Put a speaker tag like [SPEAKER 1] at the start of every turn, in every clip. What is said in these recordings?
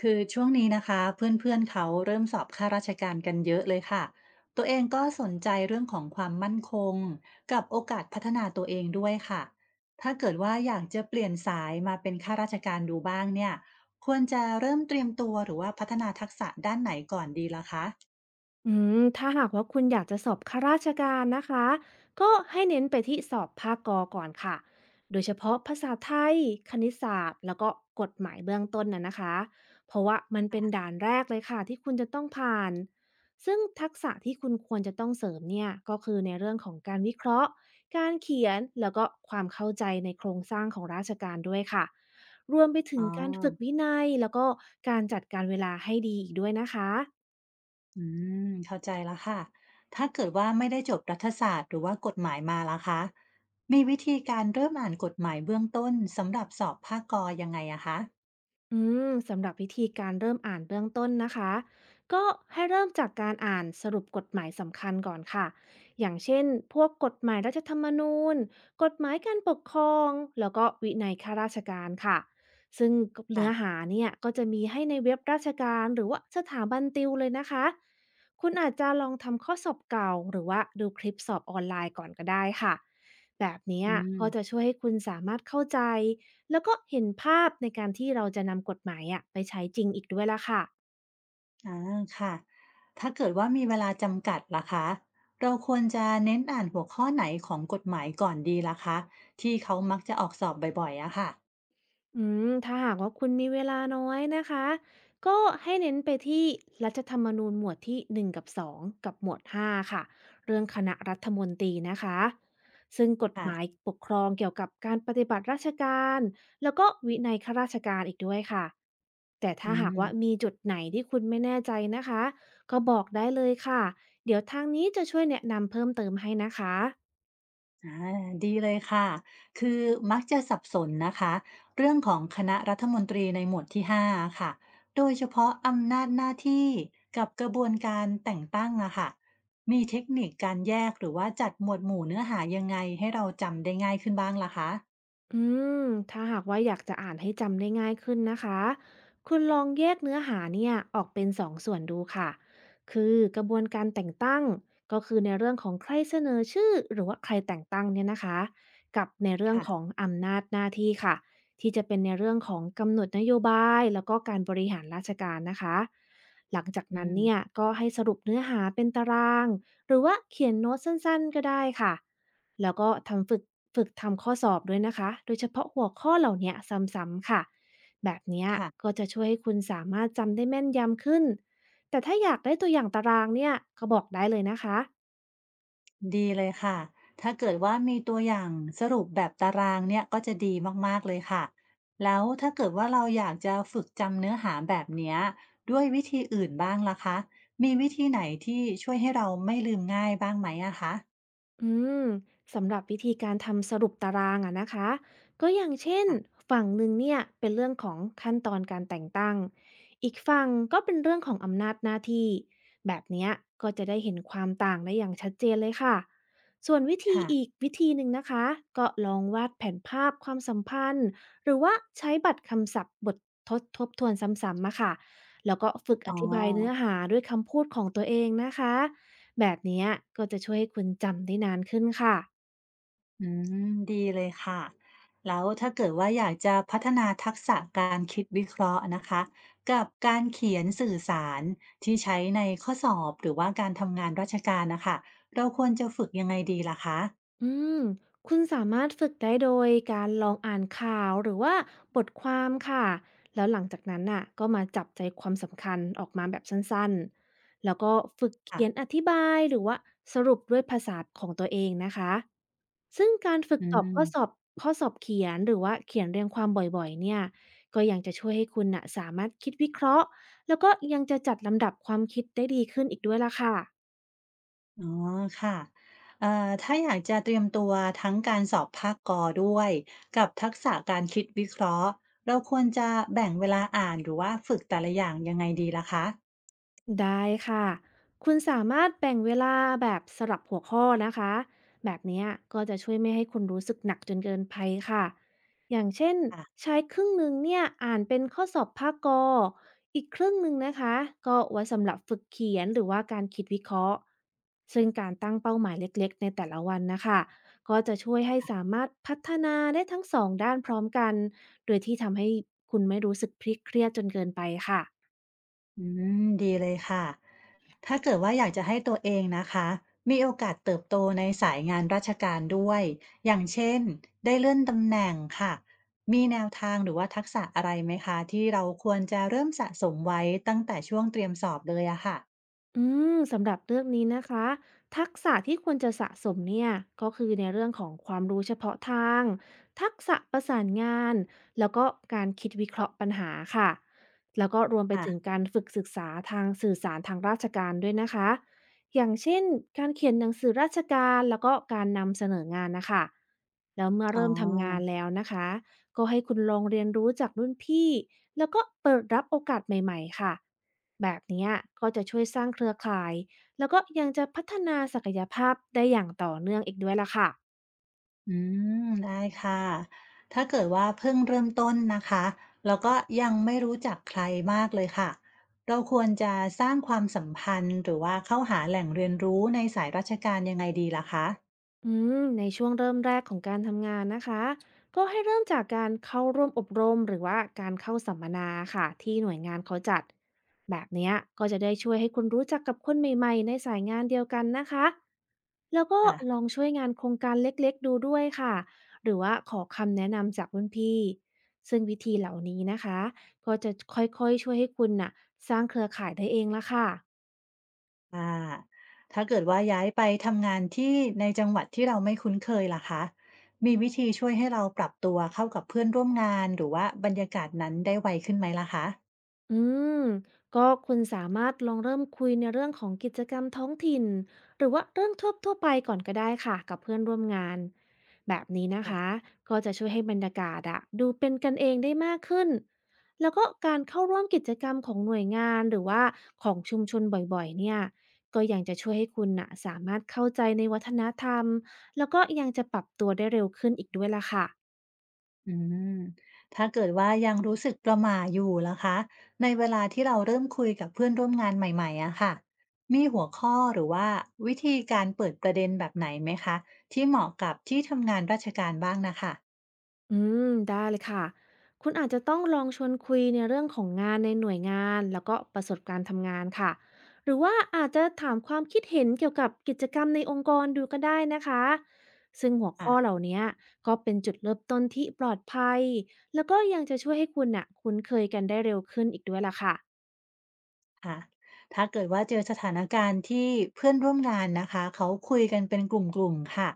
[SPEAKER 1] คือช่วงนี้นะคะเพื่อนๆเขาเริ่มสอบข้าราชการกันเยอะเลยค่ะตัวเองก็สนใจเรื่องของความมั่นคงกับโอกาสพัฒนาตัวเองด้วยค่ะถ้าเกิดว่าอยากจะเปลี่ยนสายมาเป็นข้าราชการดูบ้างเนี่ยควรจะเริ่มเตรียมตัวหรือว่าพัฒนาทักษะด้านไหนก่อนดีล่ะคะ
[SPEAKER 2] อืมถ้าหากว่าคุณอยากจะสอบข้าราชการนะคะก็ให้เน้นไปที่สอบภาคกอก่อนค่ะโดยเฉพาะภาษาไทยคณิตศาสตร์แล้วก็กฎหมายเบื้องต้นน่ะนะคะเพราะว่ามันเป็นด่านแรกเลยค่ะที่คุณจะต้องผ่านซึ่งทักษะที่คุณควรจะต้องเสริมเนี่ยก็คือในเรื่องของการวิเคราะห์การเขียนแล้วก็ความเข้าใจในโครงสร้างของราชการด้วยค่ะรวมไปถึ
[SPEAKER 1] อ๋
[SPEAKER 2] งการฝึกวิ
[SPEAKER 1] อ
[SPEAKER 2] นัยแล้วก็การจัดการเวลาให้ดีอีกด้วยนะคะ
[SPEAKER 1] อืมเข้าใจแล้วค่ะถ้าเกิดว่าไม่ได้จบรัฐศาสตร์หรือว่ากฎหมายมาล่ะคะมีวิธีการเริ่มอ่านกฎหมายเบื้องต้นสำหรับสอบภาคกยังไงอะคะ
[SPEAKER 2] อืมสำหรับวิธีการเริ่มอ่านเบื้องต้นนะคะก็ให้เริ่มจากการอ่านสรุปกฎหมายสำคัญก่อนค่ะอย่างเช่นพวกกฎหมายรัฐธรรมนูญกฎหมายการปกครองแล้วก็วินัยข้าราชการค่ะซึ่งเนื้อหาเนี่ยก็จะมีให้ในเว็บราชการหรือว่าสถาบันติวเลยนะคะคุณอาจจะลองทำข้อสอบเก่าหรือว่าดูคลิปสอบออนไลน์ก่อนก็ได้ค่ะแบบเนี้ย
[SPEAKER 1] อืม
[SPEAKER 2] ก็จะช่วยให้คุณสามารถเข้าใจ แล้วก็เห็นภาพในการที่เราจะนำกฎหมายอะไปใช้จริงอีกด้วยล่ะค่ะ
[SPEAKER 1] อาค่ะถ้าเกิดว่ามีเวลาจำกัดล่ะคะเราควรจะเน้นอ่านหัวข้อไหนของกฎหมายก่อนดีล่ะคะที่เขามักจะออกสอบบ่อยๆอะค่ะ
[SPEAKER 2] อืมถ้าหากว่าคุณมีเวลาน้อยนะคะ ก็ให้เน้นไปที่รัฐธรรมนูญหมวดที่1กับ2กับหมวด5ค่ะ เรื่องคณะรัฐมนตรีนะคะซึ่งกฎห
[SPEAKER 1] ค่ะ
[SPEAKER 2] มายปกครองเกี่ยวกับการปฏิบัติราชการแล้วก็วินัยข้าราชการอีกด้วยค่ะ แต่ถ้า
[SPEAKER 1] อื
[SPEAKER 2] หาก
[SPEAKER 1] ม
[SPEAKER 2] ว่ามีจุดไหนที่คุณไม่แน่ใจนะคะ ก็บอกได้เลยค่ะ เดี๋ยวทางนี้จะช่วยแนะนำเพิ่มเติมให้นะคะ
[SPEAKER 1] อาดีเลยค่ะ คือมักจะสับสนนะคะเรื่องของคณะรัฐมนตรีในหมวดที่5้าค่ะโดยเฉพาะอำนาจหน้าที่กับกระบวนการแต่งตั้งอะค่ะมีเทคนิคการแยกหรือว่าจัดหมวดหมู่เนื้อหายังไงให้เราจำได้ง่ายขึ้นบ้างล่ะคะ
[SPEAKER 2] อืมถ้าหากว่าอยากจะอ่านให้จำได้ง่ายขึ้นนะคะคุณลองแยกเนื้อหาเนี่ยออกเป็นสองส่วนดูค่ะคือกระบวนการแต่งตั้งก็คือในเรื่องของใครเสนอชื่อหรือว่าใครแต่งตั้งเนี่ยนะคะกับในเรื่อง
[SPEAKER 1] ค่ะ
[SPEAKER 2] ของอำนาจหน้าที่ค่ะที่จะเป็นในเรื่องของกำหนดนโยบายแล้วก็การบริหารราชการนะคะหลังจาก
[SPEAKER 1] อื
[SPEAKER 2] นั้น
[SPEAKER 1] ม
[SPEAKER 2] เนี่ยก็ให้สรุปเนื้อหาเป็นตารางหรือว่าเขียนโน้ตสั้นๆก็ได้ค่ะ แล้วก็ทำฝึกทำข้อสอบด้วยนะคะ โดยเฉพาะหัวข้อเหล่าเนี้ยซ้ำๆค่ะ แบบเนี้ย
[SPEAKER 1] ค่ะ
[SPEAKER 2] ก็จะช่วยให้คุณสามารถจำได้แม่นยำขึ้น แต่ถ้าอยากได้ตัวอย่างตารางเนี่ยก็บอกได้เลยนะคะ
[SPEAKER 1] ดีเลยค่ะถ้าเกิดว่ามีตัวอย่างสรุปแบบตารางเนี่ยก็จะดีมากๆเลยค่ะแล้วถ้าเกิดว่าเราอยากจะฝึกจำเนื้อหาแบบเนี้ยด้วยวิธีอื่นบ้างล่ะคะมีวิธีไหนที่ช่วยให้เราไม่ลืมง่ายบ้างไหมอะคะ
[SPEAKER 2] อืมสำหรับวิธีการทำสรุปตารางอะนะคะก็อย่างเช่น
[SPEAKER 1] ค่ะ
[SPEAKER 2] ฝั่งหนึ่งเนี่ยเป็นเรื่องของขั้นตอนการแต่งตั้งอีกฝั่งก็เป็นเรื่องของอำนาจหน้าที่แบบเนี้ยก็จะได้เห็นความต่างได้อย่างชัดเจนเลยค่ะส่วนวิธี
[SPEAKER 1] ค่ะ
[SPEAKER 2] อีกวิธีหนึ่งนะคะก็ลองวาดแผนภาพความสัมพันธ์หรือว่าใช้บัตรคำศัพท์บททดทบทวนซ้ำๆมาค่ะแล้วก็ฝึกอ
[SPEAKER 1] อ๋อ
[SPEAKER 2] ธิบายเนื้อหาด้วยคำพูดของตัวเองนะคะ แบบเนี้ยก็จะช่วยให้คุณจำได้นานขึ้นค่ะ
[SPEAKER 1] อืมดีเลยค่ะแล้วถ้าเกิดว่าอยากจะพัฒนาทักษะการคิดวิเคราะห์นะคะกับการเขียนสื่อสารที่ใช้ในข้อสอบหรือว่าการทำงานราชการนะคะเราควรจะฝึกยังไงดีล่ะคะ
[SPEAKER 2] อืมคุณสามารถฝึกได้โดยการลองอ่านข่าวหรือว่าบทความค่ะ แล้วหลังจากนั้นน่ะก็มาจับใจความสำคัญออกมาแบบสั้นๆ แล้วก็ฝึก
[SPEAKER 1] ค่ะ
[SPEAKER 2] เขียนอธิบายหรือว่าสรุปด้วยภาษาของตัวเองนะคะ ซึ่งการฝึก
[SPEAKER 1] อื
[SPEAKER 2] ตอบข้อสอ
[SPEAKER 1] ม
[SPEAKER 2] บข้อสอบเขียนหรือว่าเขียนเรียงความบ่อยๆเนี่ยก็ยังจะช่วยให้คุณน่ะสามารถคิดวิเคราะห์แล้วก็ยังจะจัดลำดับความคิดได้ดีขึ้นอีกด้วยล่ะค่ะ
[SPEAKER 1] อ๋อค่ะเอ่อถ้าอยากจะเตรียมตัวทั้งการสอบภาคกอด้วยกับทักษะการคิดวิเคราะห์เราควรจะแบ่งเวลาอ่านหรือว่าฝึกแต่ละอย่างยังไงดีล่ะคะ
[SPEAKER 2] ได้ค่ะคุณสามารถแบ่งเวลาแบบสลับหัวข้อนะคะแบบเนี้ยก็จะช่วยไม่ให้คุณรู้สึกหนักจนเกินไปค่ะอย่างเช่น
[SPEAKER 1] ค่ะ
[SPEAKER 2] ใช้ครึ่งหนึ่งเนี่ยอ่านเป็นข้อสอบภาคกออีกครึ่งหนึ่งนะคะก็ไว้สำหรับฝึกเขียนหรือว่าการคิดวิเคราะห์ซึ่งการตั้งเป้าหมายเล็กๆในแต่ละวันนะคะก็จะช่วยให้สามารถพัฒนาได้ทั้งสองด้านพร้อมกันโดยที่ทำให้คุณไม่รู้สึกพลิกเครียดจนเกินไปค่ะ
[SPEAKER 1] อืมดีเลยค่ะ ถ้าเกิดว่าอยากจะให้ตัวเองนะคะมีโอกาสเติบโตในสายงานราชการด้วย อย่างเช่นได้เลื่อนตำแหน่งค่ะ มีแนวทางหรือว่าทักษะอะไรไหมคะที่เราควรจะเริ่มสะสมไว้ตั้งแต่ช่วงเตรียมสอบเลยอะค่ะ
[SPEAKER 2] อืมสำหรับเรื่องนี้นะคะทักษะที่ควรจะสะสมเนี่ยก็คือในเรื่องของความรู้เฉพาะทางทักษะประสานงานแล้วก็การคิดวิเคราะห์ปัญหาค่ะแล้วก็รวมไป
[SPEAKER 1] ค่ะ
[SPEAKER 2] ถึงการฝึกศึกษาทางสื่อสารทางราชการด้วยนะคะอย่างเช่นการเขียนหนังสือราชการแล้วก็การนำเสนองานนะคะแล้วเมื่อ
[SPEAKER 1] อ๋อ
[SPEAKER 2] เริ่มทำงานแล้วนะคะก็ให้คุณลองเรียนรู้จากรุ่นพี่แล้วก็เปิดรับโอกาสใหม่ๆค่ะ แบบเนี้ยก็จะช่วยสร้างเครือข่ายแล้วก็ยังจะพัฒนาศักยภาพได้อย่างต่อเนื่องอีกด้วยล่ะค่ะ
[SPEAKER 1] อืมได้ค่ะถ้าเกิดว่าเพิ่งเริ่มต้นนะคะแล้วก็ยังไม่รู้จักใครมากเลยค่ะเราควรจะสร้างความสัมพันธ์หรือว่าเข้าหาแหล่งเรียนรู้ในสายราชการยังไงดีล่ะคะ
[SPEAKER 2] อืในช่วงเริ่มแรกของการทำงานนะคะก็ให้เริ่มจากการเข้าร่วมอบรมหรือว่าการเข้าสัมมนาค่ะที่หน่วยงานเขาจัดแบบเนี้ยก็จะได้ช่วยให้คุณรู้จักกับคนใหม่ๆในสายงานเดียวกันนะคะแล้วก็
[SPEAKER 1] อ่ะ
[SPEAKER 2] ลองช่วยงานโครงการเล็กๆดูด้วยค่ะหรือว่าขอคำแนะนำจากรุ่นพี่ซึ่งวิธีเหล่านี้นะคะก็จะค่อยๆช่วยให้คุณน่ะสร้างเครือข่ายได้เองละค่ะ
[SPEAKER 1] อ่าถ้าเกิดว่าย้ายไปทำงานที่ในจังหวัดที่เราไม่คุ้นเคยล่ะคะมีวิธีช่วยให้เราปรับตัวเข้ากับเพื่อนร่วมงานหรือว่าบรรยากาศนั้นได้ไวขึ้นไหมล่ะคะ
[SPEAKER 2] อืมก็คุณสามารถลองเริ่มคุยในเรื่องของกิจกรรมท้องถิ่นหรือว่าเรื่องทั่วไปก่อนก็ได้ค่ะกับเพื่อนร่วมงานแบบนี้นะคะก็จะช่วยให้บรรยากาศอะดูเป็นกันเองได้มากขึ้นแล้วก็การเข้าร่วมกิจกรรมของหน่วยงานหรือว่าของชุมชนบ่อยๆเนี่ยก็ยังจะช่วยให้คุณน่ะสามารถเข้าใจในวัฒนธรรมแล้วก็ยังจะปรับตัวได้เร็วขึ้นอีกด้วยล่ะค่ะ
[SPEAKER 1] อืมถ้าเกิดว่ายังรู้สึกประหม่าอยู่ล่ะคะในเวลาที่เราเริ่มคุยกับเพื่อนร่วมงานใหม่ๆอะค่ะมีหัวข้อหรือว่าวิธีการเปิดประเด็นแบบไหนไหมคะที่เหมาะกับที่ทำงานราชการบ้างนะคะ
[SPEAKER 2] อืได้เลยค่ะคุณอาจจะต้องลองชวนคุยในเรื่องของงานในหน่วยงานแล้วก็ประสบการณ์ทำงานค่ะหรือว่าอาจจะถามความคิดเห็นเกี่ยวกับกิจกรรมในองค์กรดูก็ได้นะคะซึ่งหัว
[SPEAKER 1] อ่ะ
[SPEAKER 2] ข้อเหล่านี้ก็เป็นจุดเริ่มต้นที่ปลอดภัยแล้วก็ยังจะช่วยให้คุณน่ะคุ้นเคยกันได้เร็วขึ้นอีกด้วยล่ะค่ะ
[SPEAKER 1] ค่ะถ้าเกิดว่าเจอสถานการณ์ที่เพื่อนร่วมงานนะคะเขาคุยกันเป็นกลุ่มๆค่ะ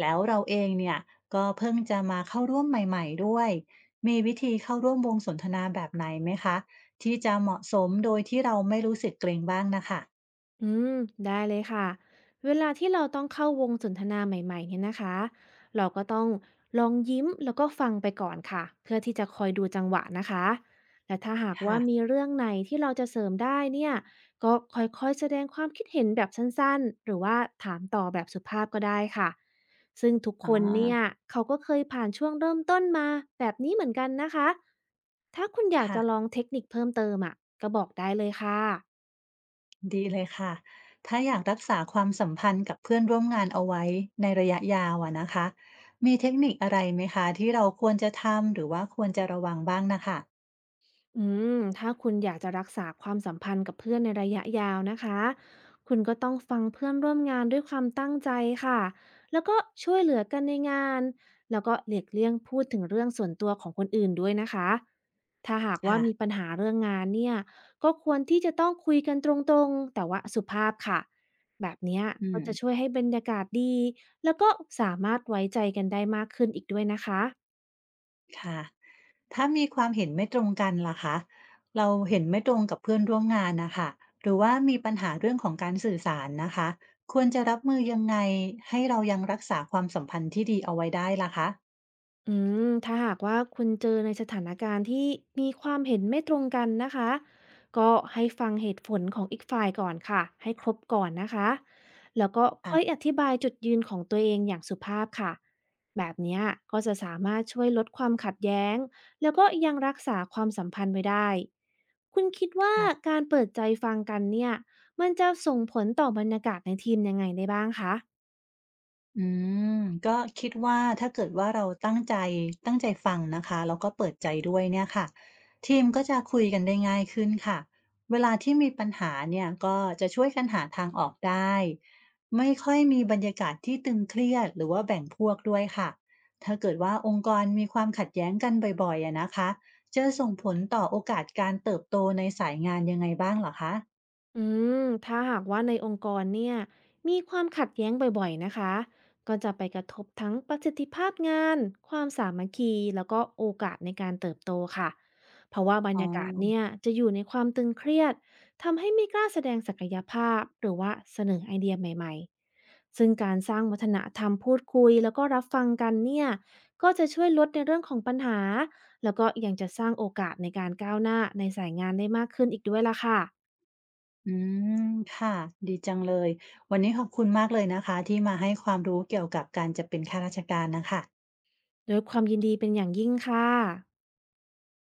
[SPEAKER 1] แล้วเราเองเนี่ยก็เพิ่งจะมาเข้าร่วมใหม่ๆด้วยมีวิธีเข้าร่วมวงสนทนาแบบไหนไหมคะที่จะเหมาะสมโดยที่เราไม่รู้สึกเกรงบ้างนะคะ
[SPEAKER 2] อืมได้เลยค่ะเวลาที่เราต้องเข้าวงสนทนาใหม่ๆเนี่ยนะคะเราก็ต้องลองยิ้มแล้วก็ฟังไปก่อนค่ะเพื่อที่จะคอยดูจังหวะนะคะและถ้าหากว่า
[SPEAKER 1] ค่ะ
[SPEAKER 2] มีเรื่องไหนที่เราจะเสริมได้เนี่ยก็ค่อยๆแสดงความคิดเห็นแบบสั้นๆหรือว่าถามต่อแบบสุภาพก็ได้ค่ะซึ่งทุก
[SPEAKER 1] อ๋อ
[SPEAKER 2] คนเนี่ยเขาก็เคยผ่านช่วงเริ่มต้นมาแบบนี้เหมือนกันนะคะถ้าคุณอยาก
[SPEAKER 1] ค่ะ
[SPEAKER 2] จะลองเทคนิคเพิ่มเติมอ่ะก็บอกได้เลยค่ะ
[SPEAKER 1] ดีเลยค่ะถ้าอยากรักษาความสัมพันธ์กับเพื่อนร่วมงานเอาไว้ในระยะยาวอะนะคะมีเทคนิคอะไรไหมคะที่เราควรจะทำหรือว่าควรจะระวังบ้างนะคะ
[SPEAKER 2] อืถ้าคุณอยากจะรักษาความสัมพันธ์กับเพื่อนในระยะยาวนะคะ คุณก็ต้องฟังเพื่อนร่วมงานด้วยความตั้งใจค่ะ แล้วก็ช่วยเหลือกันในงาน แล้วก็หลีกเลี่ยงพูดถึงเรื่องส่วนตัวของคนอื่นด้วยนะคะ ถ้าหากว่า
[SPEAKER 1] ค่ะ
[SPEAKER 2] มีปัญหาเรื่องงานเนี่ยก็ควรที่จะต้องคุยกันตรงๆแต่ว่าสุภาพค่ะ แบบเนี้ย
[SPEAKER 1] อื
[SPEAKER 2] ก็จะ
[SPEAKER 1] ม
[SPEAKER 2] ช่วยให้บรรยากาศดีแล้วก็สามารถไว้ใจกันได้มากขึ้นอีกด้วยนะคะ
[SPEAKER 1] ค่ะถ้ามีความเห็นไม่ตรงกันล่ะคะเราเห็นไม่ตรงกับเพื่อนร่วมงานนะคะหรือว่ามีปัญหาเรื่องของการสื่อสารนะคะควรจะรับมือยังไงให้เรายังรักษาความสัมพันธ์ที่ดีเอาไว้ได้ล่ะคะ
[SPEAKER 2] อืถ้าหากว่าคุณเจอในสถานการณ์ที่มีความเห็นไม่ตรงกันนะคะก็ให้ฟังเหตุผลของอีกฝ่ายก่อนค่ะให้ครบก่อนนะคะแล้วก็
[SPEAKER 1] ค่ะ
[SPEAKER 2] ค่อยอธิบายจุดยืนของตัวเองอย่างสุภาพค่ะแบบเนี้ยก็จะสามารถช่วยลดความขัดแย้งแล้วก็ยังรักษาความสัมพันธ์ไว้ได้คุณคิดว่า
[SPEAKER 1] ค่ะ
[SPEAKER 2] การเปิดใจฟังกันเนี่ยมันจะส่งผลต่อบรรยากาศในทีมยังไงได้บ้างคะ
[SPEAKER 1] อืมก็คิดว่าถ้าเกิดว่าเราตั้งใจฟังนะคะแล้วก็เปิดใจด้วยเนี่ยค่ะทีมก็จะคุยกันได้ง่ายขึ้นค่ะเวลาที่มีปัญหาเนี่ยก็จะช่วยกันหาทางออกได้ไม่ค่อยมีบรรยากาศที่ตึงเครียดหรือว่าแบ่งพวกด้วยค่ะถ้าเกิดว่าองค์กรมีความขัดแย้งกันบ่อยๆอะนะคะจะส่งผลต่อโอกาสการเติบโตในสายงานยังไงบ้างเหรอคะ
[SPEAKER 2] อืถ้าหากว่าในองค์กรเนี่ยมีความขัดแย้งบ่อยๆนะคะก็จะไปกระทบทั้งประสิทธิภาพงานความสามัคคีแล้วก็โอกาสในการเติบโตค่ะเพราะว่าบร
[SPEAKER 1] อ๋
[SPEAKER 2] รยากาศเนี่
[SPEAKER 1] อ
[SPEAKER 2] ยจะอยู่ในความตึงเครียดทำให้ไม่กล้าแสดงศักยภาพหรือว่าเสนอไอเดียใหม่ๆซึ่งการสร้างวัฒนธรรมพูดคุยแล้วก็รับฟังกันเนี่ยก็จะช่วยลดในเรื่องของปัญหาแล้วก็ยังจะสร้างโอกาสในการก้าวหน้าในสายงานได้มากขึ้นอีกด้วยล่ะค่ะ
[SPEAKER 1] อืม ค่ะ ดีจังเลย วันนี้ขอบคุณมากเลยนะคะที่มาให้ความรู้เกี่ยวกับการจะเป็นข้าราชการน่ะค่ะ
[SPEAKER 2] ด้วยความยินดีเป็นอย่างยิ่งค่ะ